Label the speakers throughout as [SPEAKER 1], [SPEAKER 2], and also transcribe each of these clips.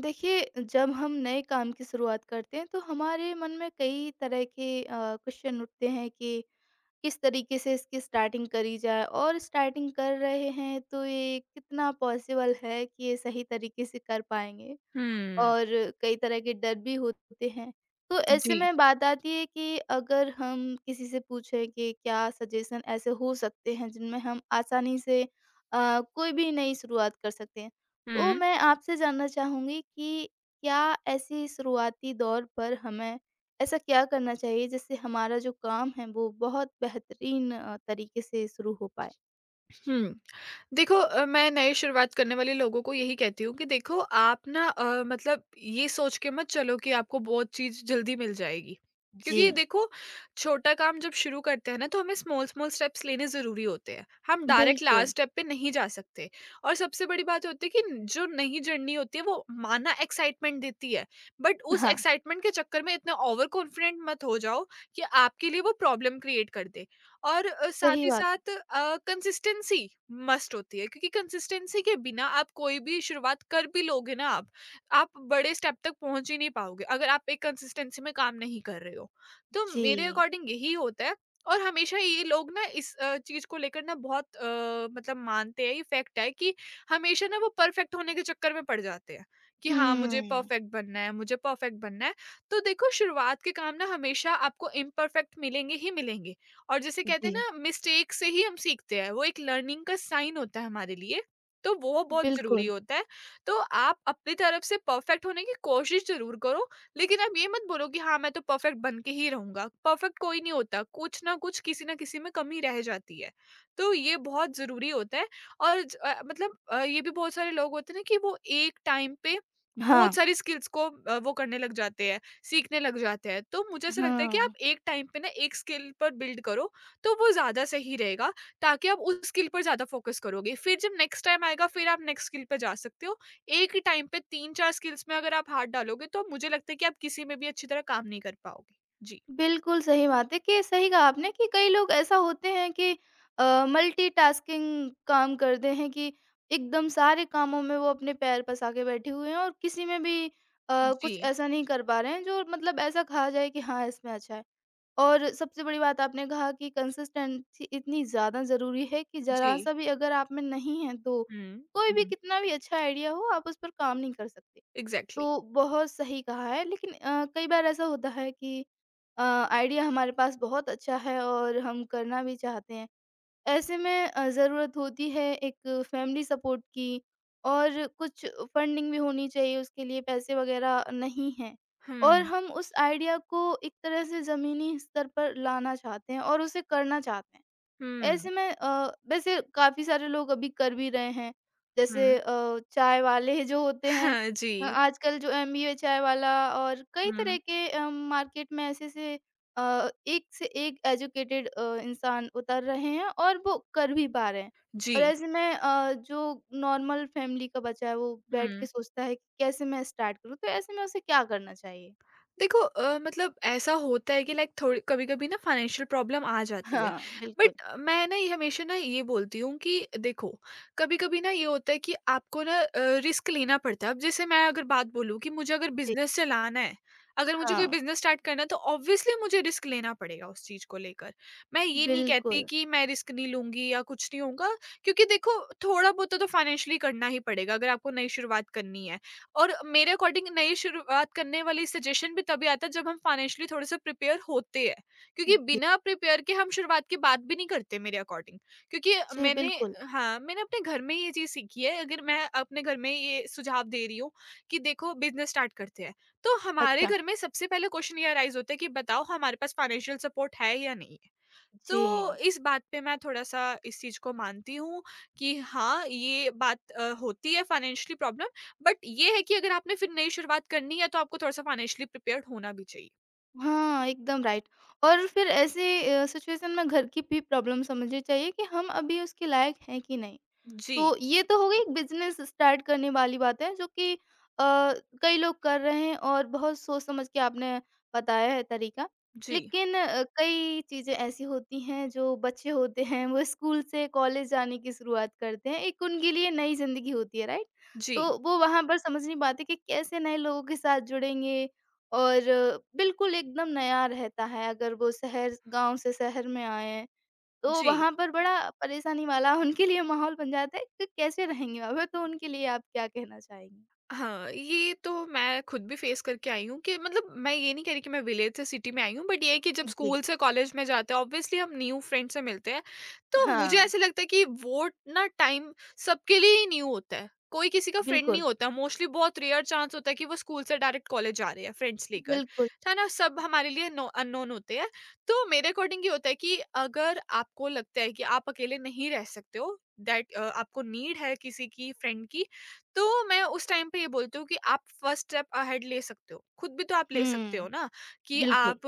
[SPEAKER 1] देखिए, जब हम नए काम की शुरुआत करते हैं तो हमारे मन में कई तरह के क्वेश्चन उठते हैं कि किस तरीके से इसकी स्टार्टिंग करी जाए और स्टार्टिंग कर रहे हैं तो ये कितना पॉसिबल है कि ये सही तरीके से कर पाएँगे?
[SPEAKER 2] हुँ।
[SPEAKER 1] और कई तरह के डर भी होते हैं। तो ऐसे
[SPEAKER 2] जी।
[SPEAKER 1] में बात आती है कि अगर हम किसी से पूछें कि क्या सजेशन ऐसे हो सकते हैं जिनमें हम आसानी से कोई भी नई शुरुआत कर सकते हैं। तो
[SPEAKER 2] हुँ।
[SPEAKER 1] मैं आपसे जानना चाहूँगी कि क्या ऐसी शुरुआती दौर पर हमें ऐसा क्या करना चाहिए जिससे हमारा जो काम है वो बहुत बेहतरीन तरीके से शुरू हो पाए?
[SPEAKER 2] हुँ। देखो मैं नए शुरुआत करने वाले लोगों को यही कहती हूँ कि देखो आप ना मतलब ये सोच के मत चलो कि आपको बहुत चीज़ जल्दी मिल जाएगी।
[SPEAKER 1] जी,
[SPEAKER 2] क्योंकि देखो छोटा काम जब शुरू करते हैं ना तो हमें स्मॉल-स्मॉल स्टेप्स लेने ज़रूरी होते हैं। हम डायरेक्ट लार्ज
[SPEAKER 1] बिल्कुल।
[SPEAKER 2] स्टेप पे नहीं जा सकते। और सबसे बड़ी बात होती है कि जो नई जर्नी होती है वो माना एक्साइटमेंट देती है। बट उस
[SPEAKER 1] हाँ,
[SPEAKER 2] एक्साइटमेंट के चक्कर में इतना ओवर कॉन्फिडेंट मत हो जाओ कि आपके लिए वो प्रॉब्लम क्रिएट कर दे। और साथ
[SPEAKER 1] सही
[SPEAKER 2] ही
[SPEAKER 1] बात। है।
[SPEAKER 2] साथ कंसिस्टेंसी मस्ट होती है क्योंकि कंसिस्टेंसी के बिना आप कोई भी शुरुआत कर भी लोगे ना आप बड़े स्टेप तक पहुंच ही नहीं पाओगे अगर आप एक कंसिस्टेंसी में काम नहीं कर रहे हो तो
[SPEAKER 1] जी।
[SPEAKER 2] मेरे अकॉर्डिंग यही होता है। और हमेशा ये लोग ना इस चीज को लेकर ना बहुत मतलब मानते हैं ये फैक्ट है कि हमेशा ना वो परफेक्ट होने के चक्कर में पड़ जाते हैं कि हाँ मुझे
[SPEAKER 1] हुँ,
[SPEAKER 2] परफेक्ट बनना है मुझे परफेक्ट बनना है। तो देखो शुरुआत के काम ना हमेशा आपको इम्परफेक्ट मिलेंगे ही मिलेंगे। और जैसे कहते हैं
[SPEAKER 1] जी।
[SPEAKER 2] ना मिस्टेक से ही हम सीखते हैं वो एक लर्निंग का साइन होता है हमारे लिए। तो वो बहुत जरूरी
[SPEAKER 1] बिल्कुल,
[SPEAKER 2] होता है। तो आप अपनी तरफ से परफेक्ट होने की कोशिश जरूर करो लेकिन आप ये मत बोलो कि हाँ मैं तो परफेक्ट बन के ही रहूंगा। परफेक्ट कोई नहीं होता कुछ ना कुछ किसी ना किसी में कमी रह जाती है। तो ये बहुत जरूरी होता है। और मतलब ये भी बहुत सारे लोग होते हैं ना कि वो एक टाइम पे बहुत
[SPEAKER 1] हाँ।
[SPEAKER 2] सारी स्किल्स को वो करने लग जाते हैं सीखने लग जाते हैं। तो मुझे ऐसा लगता है कि
[SPEAKER 1] हाँ,
[SPEAKER 2] आप एक टाइम पे ना एक स्किल पर बिल्ड करो, तो वो ज़्यादा सही रहेगा ताकि आप उस स्किल पर ज़्यादा फ़ोकस करोगे। फिर जब नेक्स्ट टाइम आएगा फिर आप नेक्स्ट स्किल पे जा सकते हो। एक ही टाइम पे 3-4 स्किल्स में अगर आप हाथ डालोगे तो मुझे लगता है कि आप किसी में भी अच्छी तरह काम नहीं कर पाओगे। जी।
[SPEAKER 1] बिल्कुल सही बात है कि सही कहा आपने कि कई लोग ऐसा होते हैं कि मल्टीटास्किंग काम करते हैं कि एकदम सारे कामों में वो अपने पैर पसा के बैठे हुए हैं और किसी में भी कुछ
[SPEAKER 2] जी,
[SPEAKER 1] ऐसा नहीं कर पा रहे हैं जो मतलब ऐसा कहा जाए कि हाँ, इसमें अच्छा है। और सबसे बड़ी बात आपने कहा कि कंसिस्टेंसी इतनी ज़्यादा ज़रूरी है कि
[SPEAKER 2] जी।
[SPEAKER 1] ज़रा-सा भी अगर आप में नहीं है तो
[SPEAKER 2] हुँ,
[SPEAKER 1] कोई भी
[SPEAKER 2] हुँ।
[SPEAKER 1] कितना भी अच्छा आइडिया हो आप उस पर काम नहीं कर सकते।
[SPEAKER 2] एग्ज़ैक्टली।
[SPEAKER 1] तो बहुत सही कहा है लेकिन कई बार ऐसा होता है कि आइडिया हमारे पास बहुत अच्छा है और हम करना भी चाहते हैं। ऐसे में ज़रूरत होती है एक फैमिली सपोर्ट की और कुछ फंडिंग भी होनी चाहिए उसके लिए पैसे वगैरह नहीं हैं। और
[SPEAKER 2] हुँ,
[SPEAKER 1] हम उस आइडिया को एक तरह से ज़मीनी स्तर पर लाना चाहते हैं और उसे करना चाहते हैं।
[SPEAKER 2] हुँ,
[SPEAKER 1] ऐसे में वैसे काफ़ी सारे लोग अभी कर भी रहे हैं। जैसे
[SPEAKER 2] हुँ।
[SPEAKER 1] चाय वाले जो होते हैं
[SPEAKER 2] जी,
[SPEAKER 1] आजकल जो एमबीए चाय वाला और कई तरह
[SPEAKER 2] हुँ,
[SPEAKER 1] के मार्केट में ऐसे-ऐसे एक से एक एजुकेटेड इंसान उतर रहे हैं और वो कर भी पा रहे हैं। और
[SPEAKER 2] जी,
[SPEAKER 1] ऐसे में जो नॉर्मल फैमिली का बच्चा है वो बैठ के
[SPEAKER 2] हुँ।
[SPEAKER 1] सोचता है कि कैसे मैं स्टार्ट करूँ? तो ऐसे में उसे क्या करना चाहिए?
[SPEAKER 2] देखो मतलब ऐसा होता है कि लाइक थोड़ी कभी-कभी ना फाइनेंशियल प्रॉब्लम आ जाती है।
[SPEAKER 1] हाँ, बिल्कुल।
[SPEAKER 2] बट मैं ना ये हमेशा ना ये बोलती हूँ कि देखो, कभी-कभी ना ये होता है कि आपको ना रिस्क लेना पड़ता है। अब जैसे मैं अगर बात बोलूँ कि मुझे अगर
[SPEAKER 1] जी,
[SPEAKER 2] बिज़नेस चलाना है, अगर मुझे कोई
[SPEAKER 1] हाँ,
[SPEAKER 2] बिज़नेस स्टार्ट करना है तो ऑब्वियसली मुझे रिस्क लेना पड़ेगा उस चीज़ को लेकर। मैं ये नहीं कहती
[SPEAKER 1] बिल्कुल।
[SPEAKER 2] कि मैं रिस्क नहीं लूँगी या कुछ नहीं होगा क्योंकि देखो थोड़ा बहुत तो फाइनेंशियली करना ही पड़ेगा अगर आपको नई शुरुआत करनी है। और मेरे अकॉर्डिंग नई शुरुआत करने वाली सजेशन भी तभी आता है जब हम फाइनेंशियली थोड़े से प्रिपेयर होते हैं क्योंकि
[SPEAKER 1] जी,
[SPEAKER 2] बिना प्रिपेयर के हम शुरुआत की बात भी नहीं करते मेरे अकॉर्डिंग। क्योंकि
[SPEAKER 1] जी,
[SPEAKER 2] मैंने
[SPEAKER 1] बिल्कुल।
[SPEAKER 2] हाँ मैंने अपने घर में ये चीज़ सीखी है अगर मैं अपने घर में ये सुझाव दे रही हूँ कि देखो बिजनेस स्टार्ट करते हैं तो हमारे
[SPEAKER 1] अच्छा।
[SPEAKER 2] घर में सबसे पहले क्वेश्चन ये अराइज होता है कि बताओ हमारे पास फाइनेंशियल सपोर्ट है या नहीं।
[SPEAKER 1] जी।
[SPEAKER 2] तो इस बात पे मैं थोड़ा-सा इस चीज़ को मानती हूँ कि हाँ, ये बात होती है फाइनेंशियली प्रॉब्लम। बट ये है कि अगर आपने फिर नई शुरुआत करनी है तो आपको थोड़ा-सा फाइनेंशियली प्रिपेयर्ड होना भी चाहिए।
[SPEAKER 1] हाँ, एकदम राइट और फिर ऐसे सिचुएशन में घर की भी प्रॉब्लम समझनी चाहिए कि हम अभी उसके लायक हैं कि नहीं।
[SPEAKER 2] जी,
[SPEAKER 1] तो ये तो हो गई बिज़नेस स्टार्ट करने वाली बातें जो कि अ, कई लोग कर रहे हैं और बहुत सोच समझ के आपने बताया है तरीका।
[SPEAKER 2] जी,
[SPEAKER 1] लेकिन कई चीज़ें ऐसी होती हैं जो बच्चे होते हैं वो स्कूल से कॉलेज जाने की शुरुआत करते हैं, एक उनके लिए नई ज़िंदगी होती है, राइट?
[SPEAKER 2] जी,
[SPEAKER 1] तो वो वहाँ पर समझ नहीं पाते कि कैसे नए लोगों के साथ जुड़ेंगे और बिल्कुल एकदम नया रहता है अगर वो शहर गाँव से शहर में आए हैं। तो
[SPEAKER 2] जी।
[SPEAKER 1] वहाँ पर बड़ा परेशानी वाला उनके लिए माहौल बन जाता है कि कैसे रहेंगे वहाँ पे, तो उनके लिए आप क्या कहना चाहेंगी?
[SPEAKER 2] हाँ, ये तो मैं खुद भी फेस करके आई हूँ कि मतलब मैं ये नहीं कह रही कि मैं विलेज से सिटी में आई हूँ, बट ये है कि जब
[SPEAKER 1] जी।
[SPEAKER 2] स्कूल से कॉलेज में जाते हैं, ऑब्वियसली हम न्यू फ्रेंड से मिलते हैं, तो मुझे
[SPEAKER 1] हाँ,
[SPEAKER 2] ऐसा लगता है कि वो ना टाइम सबके लिए ही न्यू होता है। कोई किसी का फ्रेंड नहीं
[SPEAKER 1] बिल्कुल,
[SPEAKER 2] होता, मोस्टली बहुत रेयर चांस होता है कि वो स्कूल से डायरेक्ट कॉलेज जा रहे हैं फ्रेंड्स लेकर,
[SPEAKER 1] बिल्कुल।
[SPEAKER 2] है ना? सब हमारे लिए नो अननोन होते हैं। तो मेरे अकॉर्डिंग ये होता है कि अगर आपको लगता है कि आप अकेले नहीं रह सकते हो, दैट आपको नीड है किसी की फ्रेंड की, तो मैं उस टाइम पे ये बोलती हूँ कि आप फर्स्ट स्टेप अहेड ले सकते हो खुद भी तो आप ले सकते
[SPEAKER 1] हुँ,
[SPEAKER 2] हो ना कि
[SPEAKER 1] बिल्कुल।
[SPEAKER 2] आप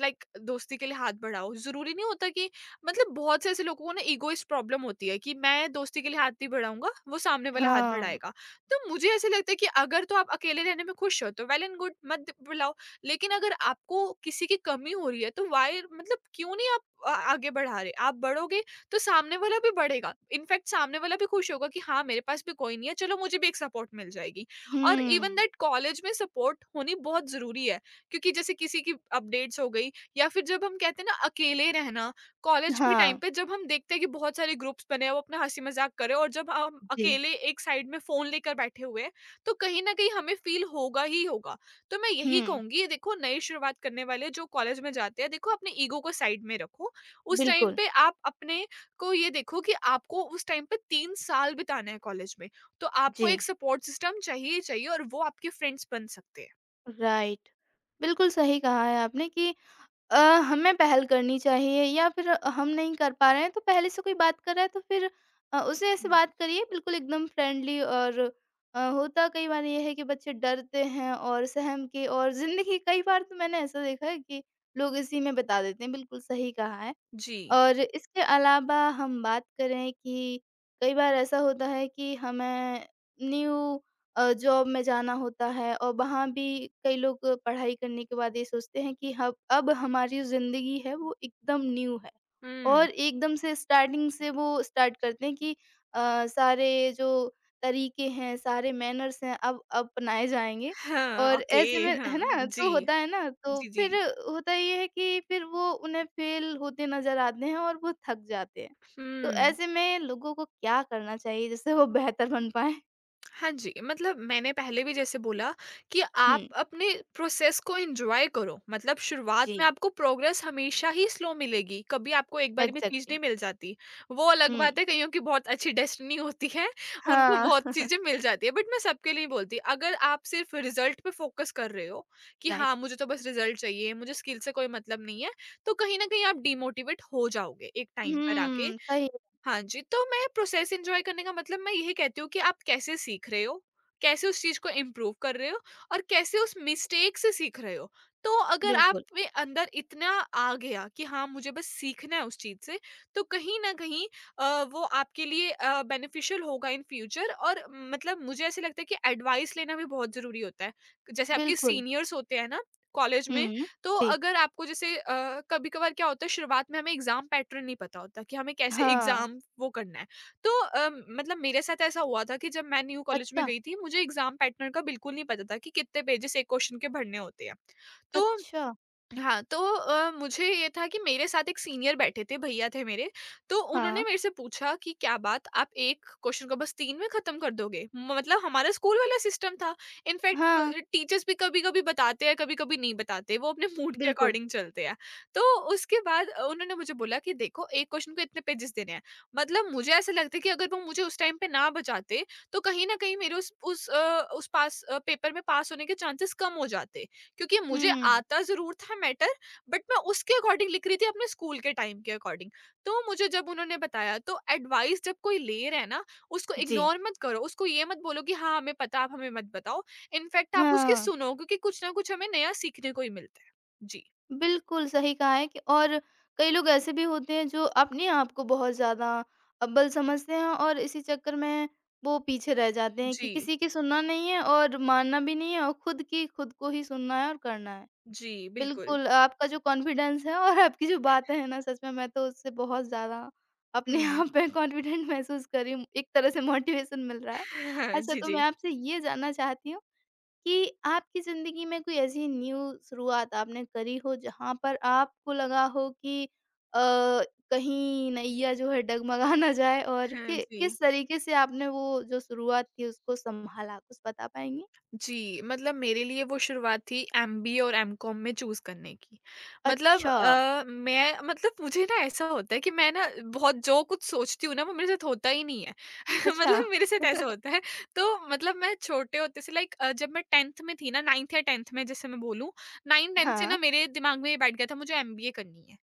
[SPEAKER 2] लाइक दोस्ती के लिए हाथ बढ़ाओ जरूरी नहीं होता कि मतलब बहुत से ऐसे लोगों को ना ईगोइस्ट प्रॉब्लम होती है कि मैं दोस्ती के लिए हाथ नहीं बढ़ाऊंगा वो सामने वाला हाथ
[SPEAKER 1] हाँ,
[SPEAKER 2] बढ़ाएगा। तो मुझे ऐसे लगता है कि अगर तो आप अकेले रहने में खुश हो तो वेल एंड गुड मत बुलाओ लेकिन अगर आपको किसी की कमी हो रही है तो वायर मतलब क्यों नहीं आप आगे बढ़ा रहे आप बढ़ोगे तो सामने वाला भी बढ़ेगा। इनफैक्ट सामने वाला भी खुश होगा कि हाँ मेरे पास भी कोई नहीं है चलो मुझे भी एक सपोर्ट मिल जाएगी। और इवन
[SPEAKER 1] हुँ,
[SPEAKER 2] दैट कॉलेज में सपोर्ट होनी बहुत जरूरी है क्योंकि जैसे किसी की अपडेट्स हो गई या फिर जब हम कहते हैं ना अकेले रहना कॉलेज के टाइम
[SPEAKER 1] हाँ,
[SPEAKER 2] पे जब हम देखते हैं कि बहुत सारे ग्रुप्स बने हैं वो अपना हंसी मजाक करे और जब हम
[SPEAKER 1] जी,
[SPEAKER 2] अकेले एक साइड में फोन लेकर बैठे हुए हैं तो कहीं ना कहीं हमें फील होगा ही होगा। तो मैं यही
[SPEAKER 1] हुँ,
[SPEAKER 2] कहूंगी ये देखो नई शुरुआत करने वाले जो कॉलेज में जाते हैं देखो अपने ईगो को साइड में रखो। उस टाइम
[SPEAKER 1] बिल्कुल,
[SPEAKER 2] पे आप अपने को ये देखो कि आपको उस टाइम पे 3 साल बिताना है कॉलेज में, तो आपको
[SPEAKER 1] जी,
[SPEAKER 2] एक सपोर्ट सिस्टम चाहिए ही चाहिए और वो आपके फ्रेंड्स बन सकते हैं।
[SPEAKER 1] राइट। बिल्कुल सही कहा है आपने कि अ, हमें पहल करनी चाहिए या फिर हम नहीं कर पा रहे हैं, तो पहले से कोई बात कर रहा है तो फिर उससे ऐसे
[SPEAKER 2] हुँ,
[SPEAKER 1] बात करिए बिल्कुल एकदम फ्रेंडली और होता कई बार ये है कि बच्चे डरते हैं और सहम के और ज़िंदगी कई बार तो मैंने ऐसा देखा है कि लोग इसी में बता देते हैं, बिल्कुल सही कहा है।
[SPEAKER 2] जी।
[SPEAKER 1] और इसके अलावा हम बात करें कि कई बार ऐसा होता है कि हमें न्यू जॉब में जाना होता है और वहाँ भी कई लोग पढ़ाई करने के बाद ये सोचते हैं कि हम अब हमारी ज़िंदगी है वो एकदम न्यू है
[SPEAKER 2] हुँ,
[SPEAKER 1] और एकदम से स्टार्टिंग से वो स्टार्ट करते हैं कि सारे जो तरीके हैं सारे मैनर्स हैं अब अपनाए जाएँगे
[SPEAKER 2] हाँ,
[SPEAKER 1] और
[SPEAKER 2] ओके,
[SPEAKER 1] ऐसे में
[SPEAKER 2] हाँ,
[SPEAKER 1] है ना, तो
[SPEAKER 2] जी।
[SPEAKER 1] होता है ना, तो
[SPEAKER 2] जी,
[SPEAKER 1] फिर
[SPEAKER 2] जी।
[SPEAKER 1] होता ये है कि फिर वो उन्हें फेल होते नज़र आते हैं और वो थक जाते हैं। तो
[SPEAKER 2] हुँ।
[SPEAKER 1] ऐसे में लोगों को क्या करना चाहिए जिससे वो बेहतर बन पाएँ?
[SPEAKER 2] हाँ जी, मतलब मैंने पहले भी जैसे बोला कि
[SPEAKER 1] हुँ,
[SPEAKER 2] आप अपने प्रोसेस को एन्जॉय करो। मतलब शुरुआत में
[SPEAKER 1] जी,
[SPEAKER 2] आपको प्रोग्रेस हमेशा ही स्लो मिलेगी, कभी आपको एक बारी में चीज़
[SPEAKER 1] एग्ज़ैक्टली।
[SPEAKER 2] नहीं मिल जाती। वो अलग बात
[SPEAKER 1] हुँ,
[SPEAKER 2] है कईयों की बहुत अच्छी डेस्टिनी होती है, उनको
[SPEAKER 1] हाँ,
[SPEAKER 2] बहुत चीज़ें मिल जाती है, बट मैं सबके लिए नहीं बोलती। अगर आप सिर्फ़ रिज़ल्ट पे फ़ोकस कर रहे हो कि हाँ,
[SPEAKER 1] राइट।
[SPEAKER 2] मुझे तो बस रिज़ल्ट चाहिए, मुझे स्किल से कोई मतलब नहीं है, तो कहीं न कहीं आप डिमोटिवेट हो जाओगे एक टाइम पर आके।
[SPEAKER 1] हुँ, सही,
[SPEAKER 2] हाँ जी, तो मैं प्रोसेस एन्जॉय करने का मतलब मैं यही कहती हूँ कि आप कैसे सीख रहे हो, कैसे उस चीज़ को इम्प्रूव कर रहे हो और कैसे उस मिस्टेक से सीख रहे हो। तो अगर आप
[SPEAKER 1] बिल्कुल,
[SPEAKER 2] में अंदर इतना आ गया कि हाँ, मुझे बस सीखना है उस चीज़ से, तो कहीं न कहीं वो आपके लिए बेनिफिशियल होगा इन फ्यूचर। और मतलब मुझे ऐसा लगता है कि एडवाइस लेना भी बहुत ज़रूरी होता है। जैसे आपके
[SPEAKER 1] बिल्कुल।
[SPEAKER 2] सीनियर्स होते हैं ना कॉलेज में
[SPEAKER 1] हुँ,
[SPEAKER 2] तो
[SPEAKER 1] जी,
[SPEAKER 2] अगर आपको जैसे कभी-कभार क्या होता है शुरुआत में हमें एग्ज़ाम पैटर्न नहीं पता होता कि हमें कैसे
[SPEAKER 1] हाँ,
[SPEAKER 2] एग्ज़ाम वो करना है। तो मतलब मेरे साथ ऐसा हुआ था कि जब मैं न्यू कॉलेज में
[SPEAKER 1] अच्छा,
[SPEAKER 2] गई थी मुझे एग्ज़ाम पैटर्न का बिल्कुल नहीं पता था कि कितने पेजेज़ एक क्वेश्चन के भरने होते हैं। तो
[SPEAKER 1] अच्छा,
[SPEAKER 2] हाँ, तो मुझे ये था कि मेरे साथ एक सीनियर बैठे थे, भैया थे मेरे, तो उन्होंने
[SPEAKER 1] हाँ,
[SPEAKER 2] मेरे से पूछा कि, "क्या बात, आप एक क्वेश्चन को बस 3 में ख़त्म कर दोगे?" मतलब हमारा स्कूल वाला सिस्टम था। इनफैक्ट म
[SPEAKER 1] हाँ,
[SPEAKER 2] टीचर्स भी कभी-कभी बताते हैं, कभी-कभी नहीं बताते, वो अपने मूड के
[SPEAKER 1] बिल्कुल।
[SPEAKER 2] अकॉर्डिंग चलते हैं। तो उसके बाद उन्होंने मुझे बोला कि, "देखो, एक क्वेश्चन को इतने पेजेज़ देने हैं।" मतलब मुझे ऐसा लगता है कि अगर वो मुझे उस टाइम पे ना बचाते, तो कहीं न कहीं मेरे उस पेपर में पास होने के चांसेस कम हो जाते। क्योंकि मुझे
[SPEAKER 1] हुँ,
[SPEAKER 2] आता ज़रूर था मैटर बट मैं उसके अकॉर्डिंग लिख रही थी अपने स्कूल के टाइम के अकॉर्डिंग। तो मुझे जब उन्होंने बताया तो एडवाइस जब कोई ले रहा है ना, उसको
[SPEAKER 1] जी,
[SPEAKER 2] इग्नोर मत करो, उसको ये मत बोलो कि हाँ, हमें पता आप हमें मत बताओ। इनफैक्ट आप उसकी
[SPEAKER 1] हाँ।
[SPEAKER 2] सुनो क्योंकि कुछ ना कुछ हमें नया सीखने को ही मिलता है। जी,
[SPEAKER 1] बिल्कुल, सही कहा है कि और कई लोग ऐसे भी होते हैं जो अपने आप को बहुत ज़्यादा अव्वल समझते हैं और इसी चक्कर में वो पीछे रह जाते हैं कि
[SPEAKER 2] जी,
[SPEAKER 1] किसी की सुनना नहीं है और मानना भी नहीं है और खुद की खुद को ही सुनना है और करना है।
[SPEAKER 2] जी, बिल्कुल।
[SPEAKER 1] बिल्कुल, आपका जो कॉन्फिडेंस है और आपकी जो बातें हैं ना सच में मैं तो उससे बहुत ज़्यादा अपने
[SPEAKER 2] हुँ।
[SPEAKER 1] आप में कॉन्फिडेंट महसूस कर रही हूँ। एक तरह से मोटिवेशन मिल रहा है। अच्छा
[SPEAKER 2] जी,
[SPEAKER 1] तो
[SPEAKER 2] जी।
[SPEAKER 1] मैं आपसे ये जानना चाहती हूँ कि आपकी ज़िंदगी में कोई ऐसी न्यू शुरुआत आपने करी हो जहाँ पर आपको लगा हो कि अ, कहीं नैया जो है डगमगा ना जाए और
[SPEAKER 2] हाँ
[SPEAKER 1] कि
[SPEAKER 2] जी।
[SPEAKER 1] किस तरीके से आपने वो जो शुरुआत थी उसको सँभाला? कुछ बता पाएँगी?
[SPEAKER 2] जी, मतलब मेरे लिए वो शुरुआत थी एमबीए और एमकॉम में चूज़ करने की। मतलब
[SPEAKER 1] अच्छा,
[SPEAKER 2] अ, मैं मतलब मुझे ना ऐसा होता है कि मैं ना बहुत जो कुछ सोचती हूँ ना, वो मेरे साथ होता ही नहीं है।
[SPEAKER 1] अच्छा।
[SPEAKER 2] मतलब मेरे साथ ऐसा होता है, तो मतलब मैं छोटे होते से लाइक जब मैं 10th में थी ना 9th या 10th में जैसे मैं बोलूँ, 9-10th से
[SPEAKER 1] हाँ,
[SPEAKER 2] ना मेरे दिमाग में ये बैठ गया था मुझे एमबीए करनी है।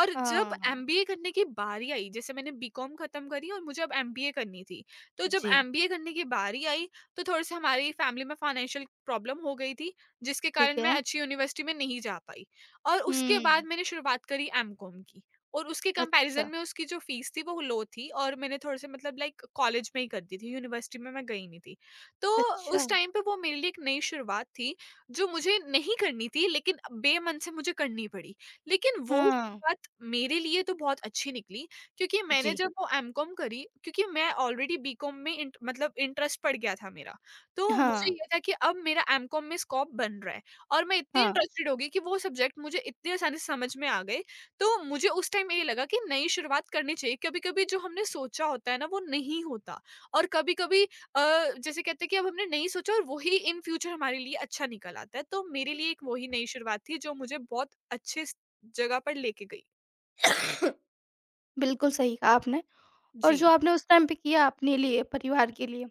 [SPEAKER 2] और जब
[SPEAKER 1] हाँ।
[SPEAKER 2] एमबीए करने की बारी आई, जैसे मैंने बीकॉम खत्म करी और मुझे अब एमबीए करनी थी। तो जब
[SPEAKER 1] जी,
[SPEAKER 2] एमबीए करने की बारी आई तो थोड़ी-सी हमारी फैमिली में फाइनेंशियल प्रॉब्लम हो गई थी, जिसके
[SPEAKER 1] ठीक
[SPEAKER 2] कारण मैं
[SPEAKER 1] है।
[SPEAKER 2] अच्छी यूनिवर्सिटी में नहीं जा पाई। और उसके बाद
[SPEAKER 1] हुँ,
[SPEAKER 2] मैंने शुरुआत करी एमकॉम की, और उसके कंपैरिज़न
[SPEAKER 1] अच्छा,
[SPEAKER 2] में उसकी जो फ़ीस थी वो लो थी, और मैंने थोड़े-से मतलब लाइक कॉलेज में ही कर दी थी, यूनिवर्सिटी में मैं गई नहीं थी। तो
[SPEAKER 1] अच्छा।
[SPEAKER 2] उस टाइम पे वो मेरे लिए एक नई शुरुआत थी, जो मुझे नहीं करनी थी लेकिन बेमन से मुझे करनी पड़ी। लेकिन वो
[SPEAKER 1] हाँ,
[SPEAKER 2] शुरुआत मेरे लिए तो बहुत अच्छी निकली, क्योंकि मैंने
[SPEAKER 1] जी।
[SPEAKER 2] जब वो एमकॉम करी, क्योंकि मैं ऑलरेडी बीकॉम में इंटरेस्ट पड़ गया था मेरा। तो मुझे
[SPEAKER 1] हाँ,
[SPEAKER 2] ये था कि अब मेरा एमकॉम में स्कोप बन रहा है, और मैं इतनी
[SPEAKER 1] हाँ।
[SPEAKER 2] इंटरेस्टेड हो गई कि वो सब्जेक्ट मुझे इतनी आसानी से समझ में आ गए। तो मुझे उस टाइम ये लगा कि नई शुरुआत करनी चाहिए। कभी कभी जो हमने सोचा होता है ना, वो नहीं होता, और कभी कभी जैसे कहते हैं कि अब हमने नहीं सोचा और वही इन फ्यूचर हमारे लिए अच्छा निकल आता है। तो मेरे लिए एक वही नई शुरुआत थी जो मुझे बहुत अच्छे जगह पर लेके गई।
[SPEAKER 1] बिल्कुल सही कहा आपने और जो
[SPEAKER 2] जी।
[SPEAKER 1] आपने उस टाइम पे किया अपने लिए, परिवार के लिए।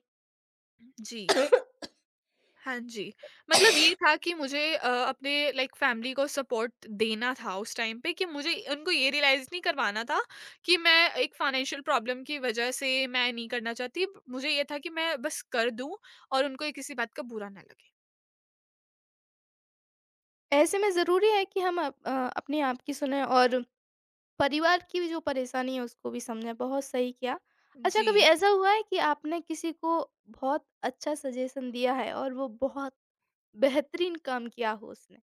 [SPEAKER 2] जी। हाँ जी, मतलब ये था कि मुझे अपने लाइक फैमिली को सपोर्ट देना था उस टाइम पे, कि मुझे उनको ये रियलाइज़ नहीं करवाना था कि मैं एक फाइनेंशियल प्रॉब्लम की वजह से मैं नहीं करना चाहती। मुझे ये था कि मैं बस कर दूँ और उनको ये किसी बात का बुरा ना लगे।
[SPEAKER 1] ऐसे में ज़रूरी है कि हम अपने आप की सुनें और परिवार की भी जो परेशानी है उसको भी समझें, बहुत सही किया। अच्छा
[SPEAKER 2] जी।
[SPEAKER 1] कभी ऐसा हुआ है कि आपने किसी को बहुत अच्छा सजेशन दिया है और वो बहुत बेहतरीन काम किया हो उसने?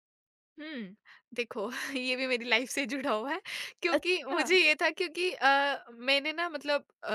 [SPEAKER 2] हुँ। देखो, ये भी मेरी लाइफ़ से जुड़ा हुआ है, क्योंकि
[SPEAKER 1] अच्छा।
[SPEAKER 2] मुझे ये था, क्योंकि मैंने ना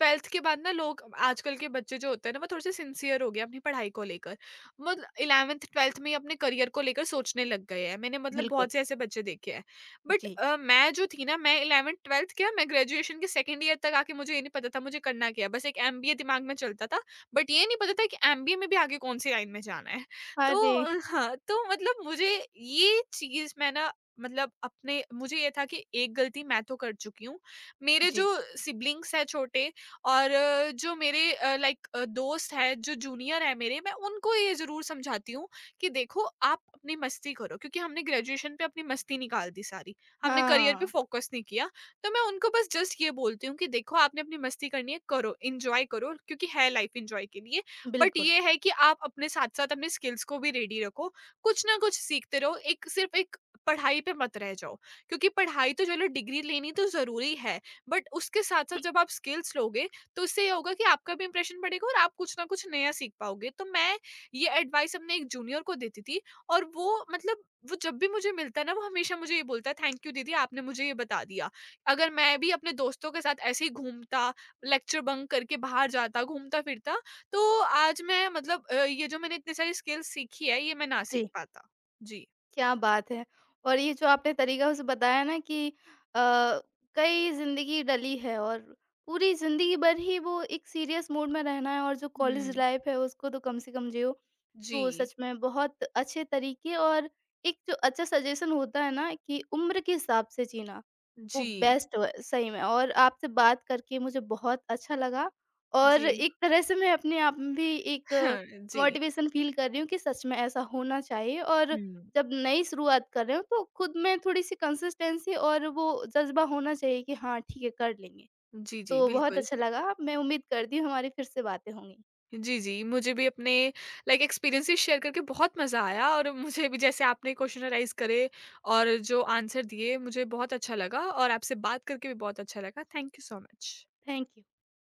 [SPEAKER 2] 12th के बाद ना लोग, आजकल के बच्चे जो होते हैं ना, वो थोड़े-से सिंसियर हो गए अपनी पढ़ाई को लेकर। मतलब 11th-12th में ही अपने करियर को लेकर सोचने लग गए हैं। मैंने मतलब
[SPEAKER 1] बिल्कुल,
[SPEAKER 2] बहुत से ऐसे बच्चे देखे हैं। बट
[SPEAKER 1] जी।
[SPEAKER 2] मैं जो थी ना, मैं 11th-12th क्या, मैं ग्रेजुएशन के 2nd ईयर तक आके मुझे ये नहीं पता था मुझे करना क्या है। बस एक एमबीए दिमाग में चलता था। बट ये नहीं पता था कि एमबीए में भी आगे कौन-सी लाइन में जाना है। तो
[SPEAKER 1] अरे!
[SPEAKER 2] हाँ, तो मतलब मुझे ये चीज़ मैं ना, मतलब अपने मुझे ये था कि एक गलती मैं तो कर चुकी हूँ। मेरे जो
[SPEAKER 1] जी।
[SPEAKER 2] सिब्लिंग्स हैं छोटे, और जो मेरे दोस्त हैं, जो जूनियर हैं मेरे, मैं उनको ये ज़रूर समझाती हूँ कि देखो, आप अपनी मस्ती करो, क्योंकि हमने ग्रेजुएशन पे अपनी मस्ती निकाल दी सारी। हमने करियर पे
[SPEAKER 1] हाँ।
[SPEAKER 2] फ़ोकस नहीं किया। तो मैं उनको बस जस्ट ये बोलती हूँ कि देखो, आपने अपनी मस्ती करनी है, करो, एन्जॉय करो, क्योंकि है लाइफ़ एन्जॉय के लिए। बट
[SPEAKER 1] बिल्कुल,
[SPEAKER 2] ये है कि आप अपने साथ-साथ अपने स्किल्स को भी रेडी रखो, कुछ ना कुछ सीखते रहो, एक सिर्फ़ एक पढ़ाई पे मत रह जाओ। क्योंकि पढ़ाई तो चलो, डिग्री लेनी तो ज़रूरी है, बट उसके साथ-साथ जब आप स्किल्स लोगे, तो इससे ये होगा कि आपका भी इंप्रेशन बढ़ेगा और आप कुछ ना कुछ नया सीख पाओगे। तो मैं ये एडवाइस अपने एक जूनियर को देती थी, और वो मतलब, वो जब भी मुझे मिलता है ना, वो हमेशा मुझे ये बोलता है, "थैंक यू दीदी, आपने मुझे ये बता दिया। अगर मैं भी अपने दोस्तों के साथ ऐसे ही घूमता, लेक्चर बंक करके बाहर जाता, घूमता-फिरता, तो आज मैं मतलब ये जो मैंने इतनी सारी स्किल्स सीखी है, ये मैं ना
[SPEAKER 1] जी।
[SPEAKER 2] सीख पाता।" जी।
[SPEAKER 1] क्या बात है! और ये जो आपने तरीका उस बताया ना कि कई ज़िंदगी डली है और पूरी ज़िंदगी भर ही वो एक सीरियस मूड में रहना है और जो कॉलेज
[SPEAKER 2] हुँ।
[SPEAKER 1] लाइफ़ है उसको तो कम से कम जियो।
[SPEAKER 2] जी।
[SPEAKER 1] तो सच में बहुत अच्छे तरीके और एक जो अच्छा सजेशन होता है ना कि उम्र के हिसाब से जीना, वो
[SPEAKER 2] जी।
[SPEAKER 1] बेस्ट व सही में और आपसे बात करके मुझे बहुत अच्छा लगा और
[SPEAKER 2] जी।
[SPEAKER 1] एक तरह से मैं अपने आप में भी एक
[SPEAKER 2] जी।
[SPEAKER 1] मोटिवेशन फ़ील कर रही हूँ कि सच में ऐसा होना चाहिए और
[SPEAKER 2] हुँ।
[SPEAKER 1] जब नई शुरुआत कर रहे हो तो खुद में थोड़ी-सी कंसिस्टेंसी और वो जज़्बा होना चाहिए कि हाँ, ठीक है, कर लेंगे।
[SPEAKER 2] जी, जी,
[SPEAKER 1] तो बहुत
[SPEAKER 2] बिल्कुल।
[SPEAKER 1] अच्छा लगा, मैं उम्मीद करती हूँ हमारी फिर से बातें होंगी।
[SPEAKER 2] जी, जी, मुझे भी अपने लाइक एक्सपीरियंसेस शेयर करके बहुत मज़ा आया, और मुझे भी, जैसे आपने क्वेश्चनराइज़ करे और जो आंसर दिए, मुझे बहुत अच्छा लगा, और आपसे बात करके भी बहुत अच्छा लगा। Thank you so much.
[SPEAKER 1] Thank you.